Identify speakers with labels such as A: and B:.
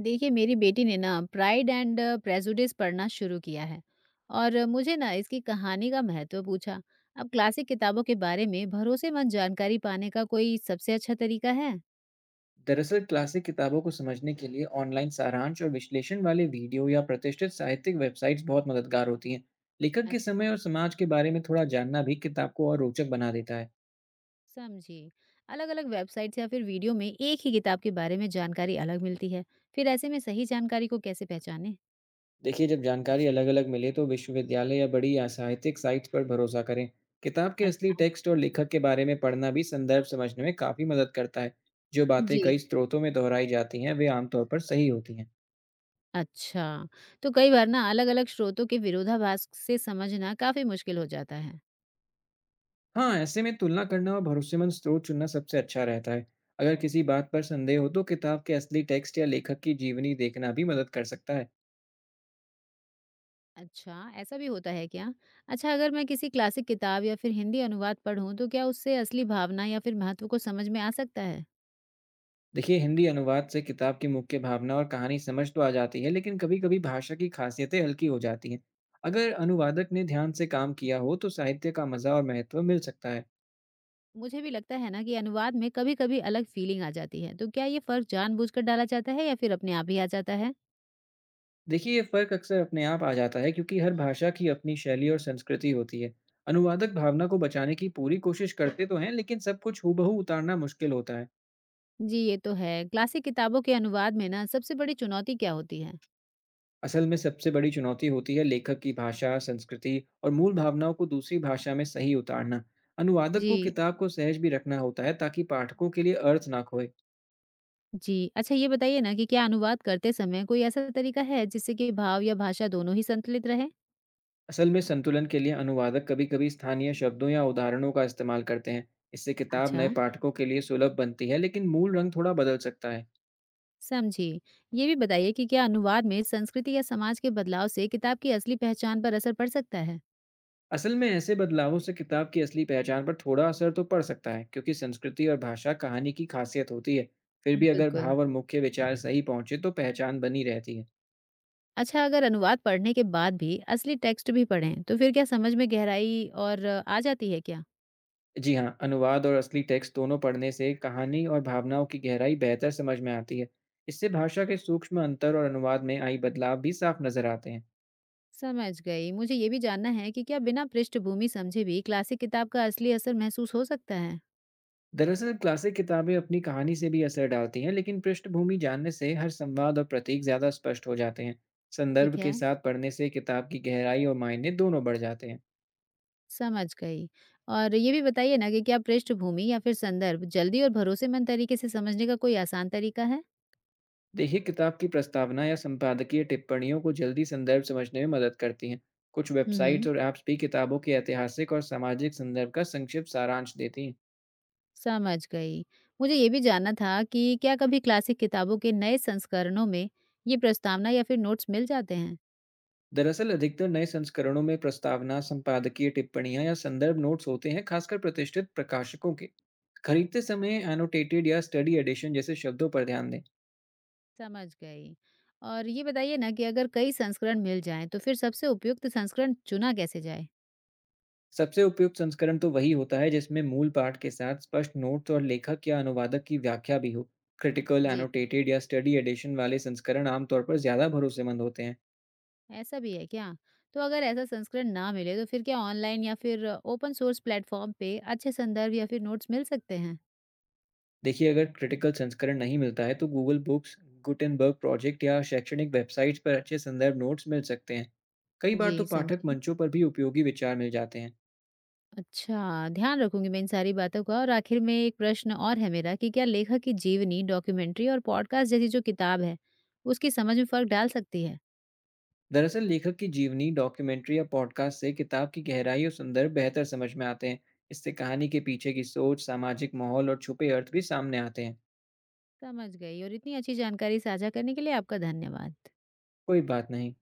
A: देखिए, मेरी बेटी ने ना प्राइड एंड प्रेजुडिस पढ़ना शुरू किया है और मुझे ना इसकी कहानी का महत्व पूछा। अब क्लासिक किताबों के बारे में भरोसेमंद जानकारी पाने का कोई सबसे अच्छा तरीका है?
B: दरअसल क्लासिक किताबों को समझने के लिए ऑनलाइन सारांश और विश्लेषण वाले वीडियो या प्रतिष्ठित साहित्यिक वेबसाइट्स बहुत मददगार होती हैं। लेखक के
A: अच्छा।
B: समय और समाज के बारे में थोड़ा जानना भी किताब को और रोचक बना देता है।
A: समझी। अलग अलग वेबसाइट या फिर वीडियो में एक ही किताब के बारे में जानकारी अलग मिलती है, फिर ऐसे में सही जानकारी को कैसे पहचाने?
B: देखिए, जब जानकारी अलग अलग मिले तो विश्वविद्यालय या बड़ी या साहित्यिक साइट्स पर भरोसा करें। किताब के असली
A: अच्छा।
B: टेक्स्ट और लेखक के बारे में पढ़ना भी संदर्भ समझने में काफ़ी मदद करता है। जो बातें
A: जी।
B: कई स्रोतों में दोहराई जाती हैं वे आमतौर पर सही होती हैं।
A: अच्छा, तो कई बार ना अलग अलग स्रोतों के विरोधाभास से समझना काफी मुश्किल हो जाता है।
B: हाँ, ऐसे में तुलना करना और भरोसेमंद स्रोत चुनना सबसे अच्छा रहता है। अगर किसी बात पर संदेह हो तो किताब के असली टेक्स्ट या लेखक की जीवनी देखना भी मदद कर सकता है।
A: अच्छा, ऐसा भी होता है क्या? अच्छा, अगर मैं किसी क्लासिक किताब या फिर हिंदी अनुवाद पढूँ तो क्या उससे असली भावना या फिर महत्व को समझ में आ सकता है?
B: देखिए, हिंदी अनुवाद से किताब की मुख्य भावना और कहानी समझ तो आ जाती है, लेकिन कभी-कभी भाषा की खासियतें हल्की हो जाती हैं। अगर अनुवादक ने ध्यान से काम किया हो तो साहित्य का मज़ा और महत्व मिल सकता है।
A: मुझे भी लगता है ना कि अनुवाद में कभी-कभी अलग फीलिंग आ जाती है, तो क्या ये फ़र्क जानबूझकर डाला जाता है या फिर अपने आप ही आ जाता है?
B: देखिए, ये फ़र्क अक्सर अपने आप आ जाता है क्योंकि हर भाषा की अपनी शैली और संस्कृति होती है। अनुवादक भावना को बचाने की पूरी कोशिश करते तो हैं, लेकिन सब कुछ हूबहू उतारना मुश्किल होता है।
A: जी, ये तो है। क्लासिक किताबों के अनुवाद में ना सबसे बड़ी चुनौती क्या होती है?
B: असल में सबसे बड़ी चुनौती होती है लेखक की भाषा, संस्कृति और मूल भावनाओं को दूसरी भाषा में सही उतारना। अनुवादक को
A: जी,
B: किताब को सहज भी रखना होता है ताकि पाठकों के लिए अर्थ ना खोए।
A: जी। अच्छा, ये बताइए ना कि क्या अनुवाद करते समय कोई ऐसा तरीका है जिससे कि भाव या भाषा दोनों ही संतुलित रहे?
B: असल में संतुलन के लिए अनुवादक कभी कभी स्थानीय शब्दों या उदाहरणों का इस्तेमाल करते हैं। इससे किताब
A: अच्छा।
B: नए पाठकों के लिए सुलभ बनती है, लेकिन मूल रंग थोड़ा बदल सकता है।
A: समझी। ये भी बताइए कि क्या अनुवाद में संस्कृति या समाज के बदलाव से किताब की असली पहचान पर असर पड़ सकता है?
B: असल में ऐसे बदलावों से किताब की असली पहचान पर थोड़ा असर तो पड़ सकता है क्योंकि संस्कृति और भाषा कहानी की खासियत होती है। फिर भी अगर
A: बिल्कुल।
B: भाव और मुख्य विचार सही पहुंचे तो पहचान बनी रहती है।
A: अच्छा, अगर अनुवाद पढ़ने के बाद भी असली टेक्स्ट भी पढ़ें, तो फिर क्या समझ में गहराई और आ जाती है क्या?
B: जी हाँ, अनुवाद और असली टेक्स्ट दोनों पढ़ने से कहानी और भावनाओं की गहराई बेहतर समझ में आती है। इससे भाषा के सूक्ष्म अंतर और अनुवाद में आई बदलाव भी साफ नजर आते हैं।
A: समझ गई। मुझे ये भी जानना है कि क्या बिना पृष्ठभूमि समझे भी क्लासिक किताब का असली असर महसूस हो सकता है?
B: दरअसल क्लासिक किताबें अपनी कहानी से भी असर डालती हैं, लेकिन पृष्ठभूमि जानने से हर संवाद और प्रतीक ज्यादा स्पष्ट हो जाते हैं।
A: ठीक
B: संदर्भ के
A: है,
B: साथ पढ़ने से किताब की गहराई और मायने दोनों बढ़ जाते हैं।
A: समझ गई। और ये भी बताइए ना कि क्या पृष्ठभूमि या फिर संदर्भ जल्दी और भरोसेमंद तरीके से समझने का कोई आसान तरीका है?
B: देखिए, किताब की प्रस्तावना या संपादकीय टिप्पणियों को जल्दी संदर्भ समझने में मदद करती हैं। कुछ
A: हम्म।
B: वेबसाइट्स और ऐप्स भी किताबों के ऐतिहासिक और सामाजिक संदर्भ का संक्षिप्त सारांश देती हैं।
A: समझ गई। मुझे ये भी जानना था कि क्या कभी क्लासिक किताबों के नए संस्करणों में ये प्रस्तावना या फिर नोट्स मिल जाते हैं?
B: दरअसल अधिकतर नए संस्करणों में प्रस्तावना, संपादकीय टिप्पणियां या संदर्भ नोट्स होते हैं, खासकर प्रतिष्ठित प्रकाशकों के। खरीदते समय एनोटेटेड या स्टडी एडिशन जैसे शब्दों पर ध्यान दें।
A: समझ गई। और ये बताइए ना कि अगर कई संस्करण मिल जाएं तो फिर सबसे उपयुक्त संस्करण चुना कैसे जाए?
B: सबसे उपयुक्त संस्करण तो वही होता है जिसमें मूल पाठ के साथ स्पष्ट नोट्स और लेखक या अनुवादक की व्याख्या भी हो। क्रिटिकल,
A: जी,
B: एनोटेटेड या स्टडी एडिशन वाले संस्करण आमतौर पर ज़्यादा भरोसेमंद होते हैं।
A: ऐसा भी है क्या? तो अगर ऐसा संस्करण ना मिले तो फिर क्या ऑनलाइन या फिर ओपन सोर्स प्लेटफॉर्म पे अच्छे संदर्भ या फिर नोट्स मिल सकते हैं?
B: देखिए, अगर क्रिटिकल संस्करण नहीं मिलता है तो गूगल बुक्स, गुटेनबर्ग प्रोजेक्ट या शैक्षणिक वेबसाइट्स पर अच्छे संदर्भ नोट्स मिल सकते हैं। कई बार
A: जी,
B: तो पाठक
A: समझी।
B: मंचों पर भी उपयोगी विचार मिल जाते हैं।
A: अच्छा, ध्यान रखूँगी मैं इन सारी बातों का। और आखिर में एक प्रश्न और है मेरा कि क्या लेखक की जीवनी, डॉक्यूमेंट्री और पॉडकास्ट जैसी जो किताब है, उसकी समझ में फ़र्क डाल सकती है?
B: दरअसल लेखक की जीवनी, डॉक्यूमेंट्री या पॉडकास्ट से किताब की गहराई और संदर्भ बेहतर समझ में आते हैं। इससे कहानी के पीछे की सोच, सामाजिक माहौल और छुपे अर्थ भी सामने आते हैं।
A: समझ गई। और इतनी अच्छी जानकारी साझा करने के लिए आपका धन्यवाद।
B: कोई बात नहीं।